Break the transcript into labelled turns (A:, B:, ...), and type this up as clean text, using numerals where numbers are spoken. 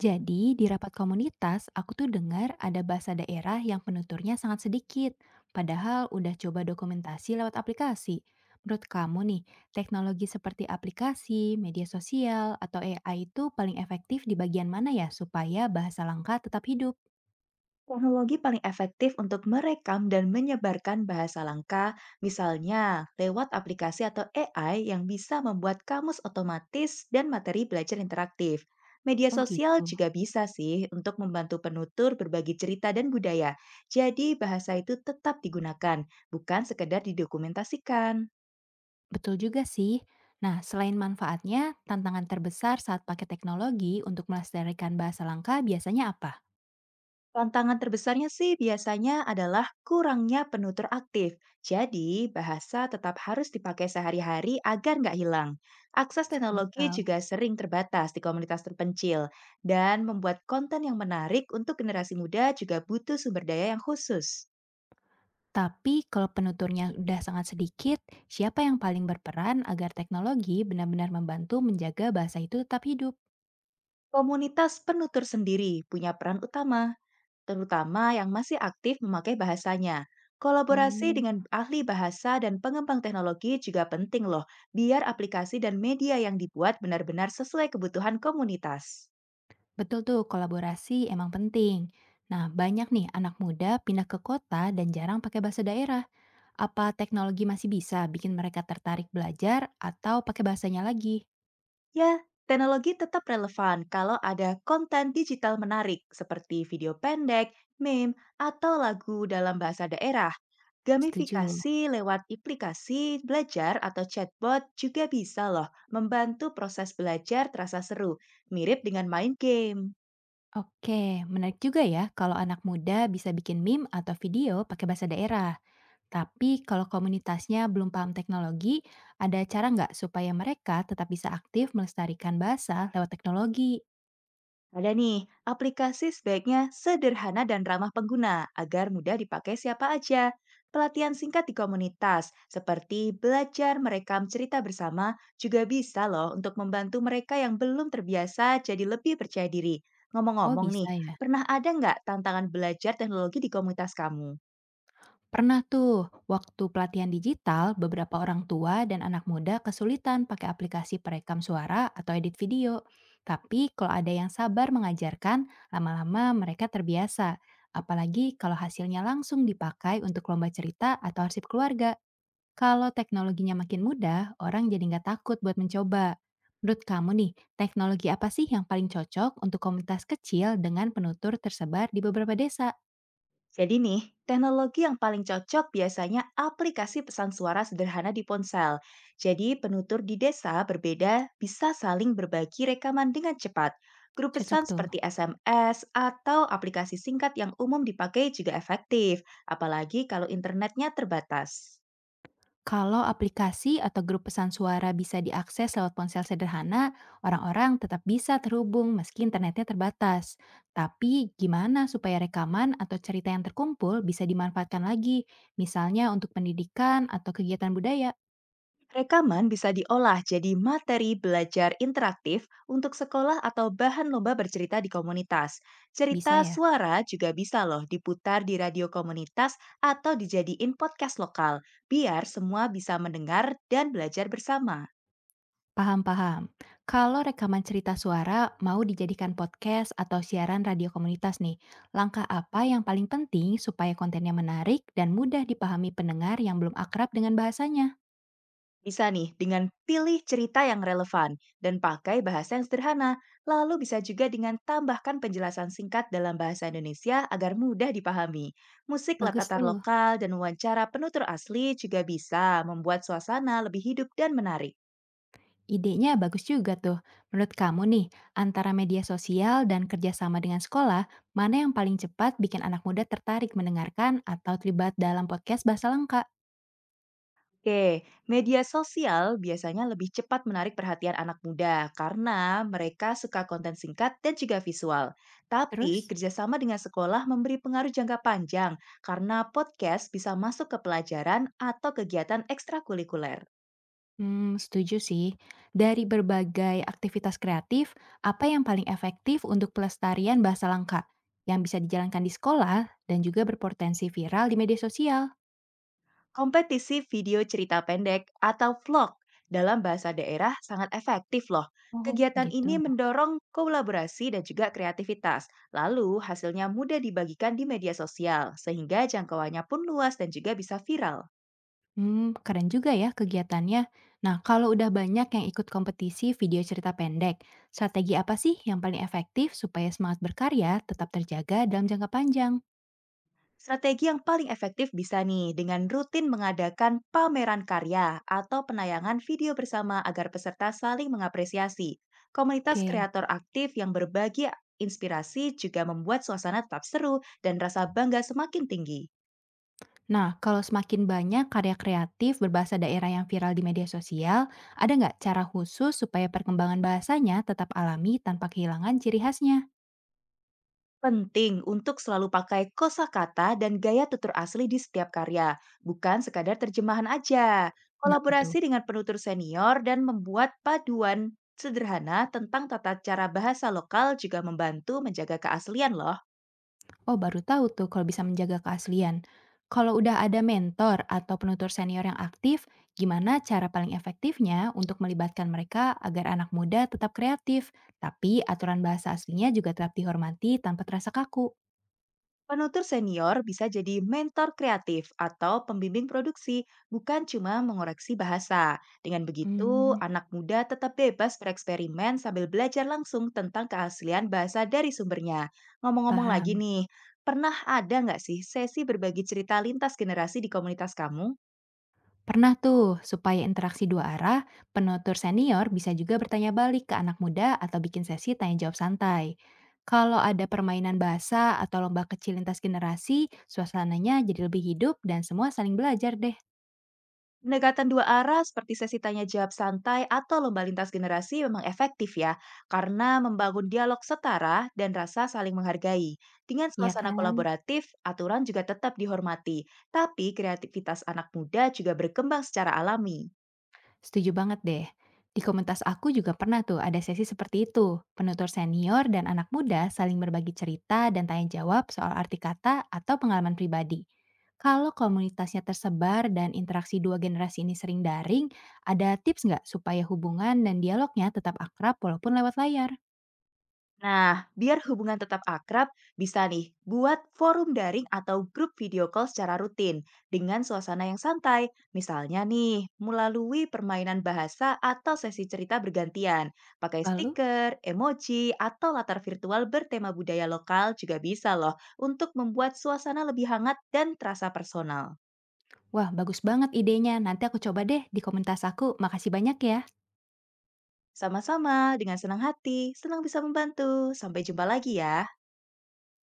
A: Jadi, di rapat komunitas, aku tuh dengar ada bahasa daerah yang penuturnya sangat sedikit, padahal udah coba dokumentasi lewat aplikasi. Menurut kamu nih, teknologi seperti aplikasi, media sosial, atau AI itu paling efektif di bagian mana ya supaya bahasa langka tetap hidup?
B: Teknologi paling efektif untuk merekam dan menyebarkan bahasa langka, misalnya lewat aplikasi atau AI yang bisa membuat kamus otomatis dan materi belajar interaktif. Media
A: Oh
B: sosial
A: gitu.
B: juga bisa sih untuk membantu penutur berbagi cerita dan budaya. Jadi bahasa itu tetap digunakan, bukan sekedar didokumentasikan.
A: Betul juga sih. Nah, selain manfaatnya, tantangan terbesar saat pakai teknologi untuk melestarikan bahasa langka biasanya apa?
B: Tantangan terbesarnya sih biasanya adalah kurangnya penutur aktif. Jadi, bahasa tetap harus dipakai sehari-hari agar nggak hilang. Akses
A: Masuk
B: teknologi
A: akal.
B: juga sering terbatas di komunitas terpencil. Dan membuat konten yang menarik untuk generasi muda juga butuh sumber daya yang khusus.
A: Tapi kalau penuturnya udah sangat sedikit, siapa yang paling berperan agar teknologi benar-benar membantu menjaga bahasa itu tetap hidup?
B: Komunitas penutur sendiri punya peran utama terutama yang masih aktif memakai bahasanya. Kolaborasi
A: Oh,
B: dengan ahli bahasa dan pengembang teknologi juga penting loh, biar aplikasi dan media yang dibuat benar-benar sesuai kebutuhan komunitas.
A: betul tuh, kolaborasi emang penting. Nah, banyak nih anak muda pindah ke kota dan jarang pakai bahasa daerah. Apa teknologi masih bisa bikin mereka tertarik belajar atau pakai bahasanya lagi?
B: Ya, teknologi tetap relevan kalau ada konten digital menarik seperti video pendek, meme, atau lagu dalam bahasa daerah.
A: Setuju.
B: Gamifikasi lewat aplikasi belajar atau chatbot juga bisa loh membantu proses belajar terasa seru, mirip dengan main game.
A: Oke, menarik juga ya kalau anak muda bisa bikin meme atau video pakai bahasa daerah. Tapi kalau komunitasnya belum paham teknologi, ada cara nggak supaya mereka tetap bisa aktif melestarikan bahasa lewat teknologi?
B: Ada nih, aplikasi sebaiknya sederhana dan ramah pengguna agar mudah dipakai siapa aja. Pelatihan singkat di komunitas, seperti belajar merekam cerita bersama, juga bisa loh untuk membantu mereka yang belum terbiasa jadi lebih percaya diri.
A: Oh
B: Ngomong-ngomong nih,
A: bisa ya.
B: pernah ada nggak tantangan belajar teknologi di komunitas kamu?
A: Pernah tuh, waktu pelatihan digital, beberapa orang tua dan anak muda kesulitan pakai aplikasi perekam suara atau edit video. Tapi kalau ada yang sabar mengajarkan, lama-lama mereka terbiasa. Apalagi kalau hasilnya langsung dipakai untuk lomba cerita atau arsip keluarga. Kalau teknologinya makin mudah, orang jadi nggak takut buat mencoba. Menurut kamu nih, teknologi apa sih yang paling cocok untuk komunitas kecil dengan penutur tersebar di beberapa desa?
B: Jadi nih, teknologi yang paling cocok biasanya aplikasi pesan suara sederhana di ponsel. Jadi penutur di desa berbeda bisa saling berbagi rekaman dengan cepat. Grup
A: Cocok
B: pesan
A: tuh.
B: seperti SMS atau aplikasi singkat yang umum dipakai juga efektif, apalagi kalau internetnya terbatas.
A: Kalau aplikasi atau grup pesan suara bisa diakses lewat ponsel sederhana, orang-orang tetap bisa terhubung meski internetnya terbatas. Tapi gimana supaya rekaman atau cerita yang terkumpul bisa dimanfaatkan lagi, misalnya untuk pendidikan atau kegiatan budaya?
B: Rekaman bisa diolah jadi materi belajar interaktif untuk sekolah atau bahan lomba bercerita di komunitas. Cerita
A: Bisa ya?
B: suara juga bisa loh diputar di radio komunitas atau dijadiin podcast lokal, biar semua bisa mendengar dan belajar bersama.
A: Paham, paham. Kalau rekaman cerita suara mau dijadikan podcast atau siaran radio komunitas nih, langkah apa yang paling penting supaya kontennya menarik dan mudah dipahami pendengar yang belum akrab dengan bahasanya?
B: Bisa nih dengan pilih cerita yang relevan dan pakai bahasa yang sederhana, lalu bisa juga dengan tambahkan penjelasan singkat dalam bahasa Indonesia agar mudah dipahami. Musik
A: Bagus
B: latar
A: tuh.
B: lokal dan wawancara penutur asli juga bisa membuat suasana lebih hidup dan menarik.
A: Idenya bagus juga tuh. Menurut kamu nih, antara media sosial dan kerjasama dengan sekolah, mana yang paling cepat bikin anak muda tertarik mendengarkan atau terlibat dalam podcast bahasa lengkap?
B: Oke, media sosial biasanya lebih cepat menarik perhatian anak muda karena mereka suka konten singkat dan juga visual. Tapi
A: Terus?
B: kerjasama dengan sekolah memberi pengaruh jangka panjang karena podcast bisa masuk ke pelajaran atau kegiatan ekstrakurikuler.
A: Setuju sih. Dari berbagai aktivitas kreatif, apa yang paling efektif untuk pelestarian bahasa langka yang bisa dijalankan di sekolah dan juga berpotensi viral di media sosial?
B: Kompetisi video cerita pendek atau vlog dalam bahasa daerah sangat efektif loh.
A: Oh,
B: Kegiatan
A: gitu.
B: ini mendorong kolaborasi dan juga kreativitas. Lalu hasilnya mudah dibagikan di media sosial sehingga jangkauannya pun luas dan juga bisa viral.
A: Keren juga ya kegiatannya. Nah, kalau udah banyak yang ikut kompetisi video cerita pendek, strategi apa sih yang paling efektif supaya semangat berkarya tetap terjaga dalam jangka panjang?
B: Strategi yang paling efektif bisa nih dengan rutin mengadakan pameran karya atau penayangan video bersama agar peserta saling mengapresiasi. Komunitas
A: Oke.
B: kreator aktif yang berbagi inspirasi juga membuat suasana tetap seru dan rasa bangga semakin tinggi.
A: Nah, kalau semakin banyak karya kreatif berbahasa daerah yang viral di media sosial, ada nggak cara khusus supaya perkembangan bahasanya tetap alami tanpa kehilangan ciri khasnya?
B: Penting untuk selalu pakai kosakata dan gaya tutur asli di setiap karya, bukan sekadar terjemahan aja.
A: Kenapa tuh?
B: Kolaborasi dengan penutur senior dan membuat paduan sederhana tentang tata cara bahasa lokal juga membantu menjaga keaslian loh.
A: Oh, baru tahu tuh kalau bisa menjaga keaslian. Kalau udah ada mentor atau penutur senior yang aktif, gimana cara paling efektifnya untuk melibatkan mereka agar anak muda tetap kreatif, tapi aturan bahasa aslinya juga tetap dihormati tanpa terasa kaku?
B: Penutur senior bisa jadi mentor kreatif atau pembimbing produksi, bukan cuma mengoreksi bahasa. Dengan begitu,
A: Hmm,
B: anak muda tetap bebas bereksperimen sambil belajar langsung tentang keaslian bahasa dari sumbernya. Ngomong-ngomong lagi
A: paham.
B: nih, pernah ada nggak sih sesi berbagi cerita lintas generasi di komunitas kamu?
A: Pernah tuh, supaya interaksi dua arah, penutur senior bisa juga bertanya balik ke anak muda atau bikin sesi tanya jawab santai. Kalau ada permainan bahasa atau lomba kecil lintas generasi, suasananya jadi lebih hidup dan semua saling belajar deh,
B: Pendekatan dua arah seperti sesi tanya jawab santai atau lomba lintas generasi memang efektif ya, karena membangun dialog setara dan rasa saling menghargai. Dengan
A: ya
B: suasana
A: kan?
B: kolaboratif, aturan juga tetap dihormati, tapi kreativitas anak muda juga berkembang secara alami.
A: Setuju banget deh. Di komunitas aku juga pernah tuh ada sesi seperti itu. Penutur senior dan anak muda saling berbagi cerita dan tanya jawab soal arti kata atau pengalaman pribadi. Kalau komunitasnya tersebar dan interaksi dua generasi ini sering daring, ada tips nggak supaya hubungan dan dialognya tetap akrab walaupun lewat layar?
B: Nah, biar hubungan tetap akrab, bisa nih buat forum daring atau grup video call secara rutin dengan suasana yang santai. Misalnya nih, melalui permainan bahasa atau sesi cerita bergantian. Pakai
A: Lalu,
B: stiker, emoji, atau latar virtual bertema budaya lokal juga bisa loh untuk membuat suasana lebih hangat dan terasa personal.
A: wah bagus banget idenya. Nanti aku coba deh di komunitas aku. Makasih banyak ya.
B: Sama-sama, dengan senang hati, senang bisa membantu. Sampai jumpa lagi ya.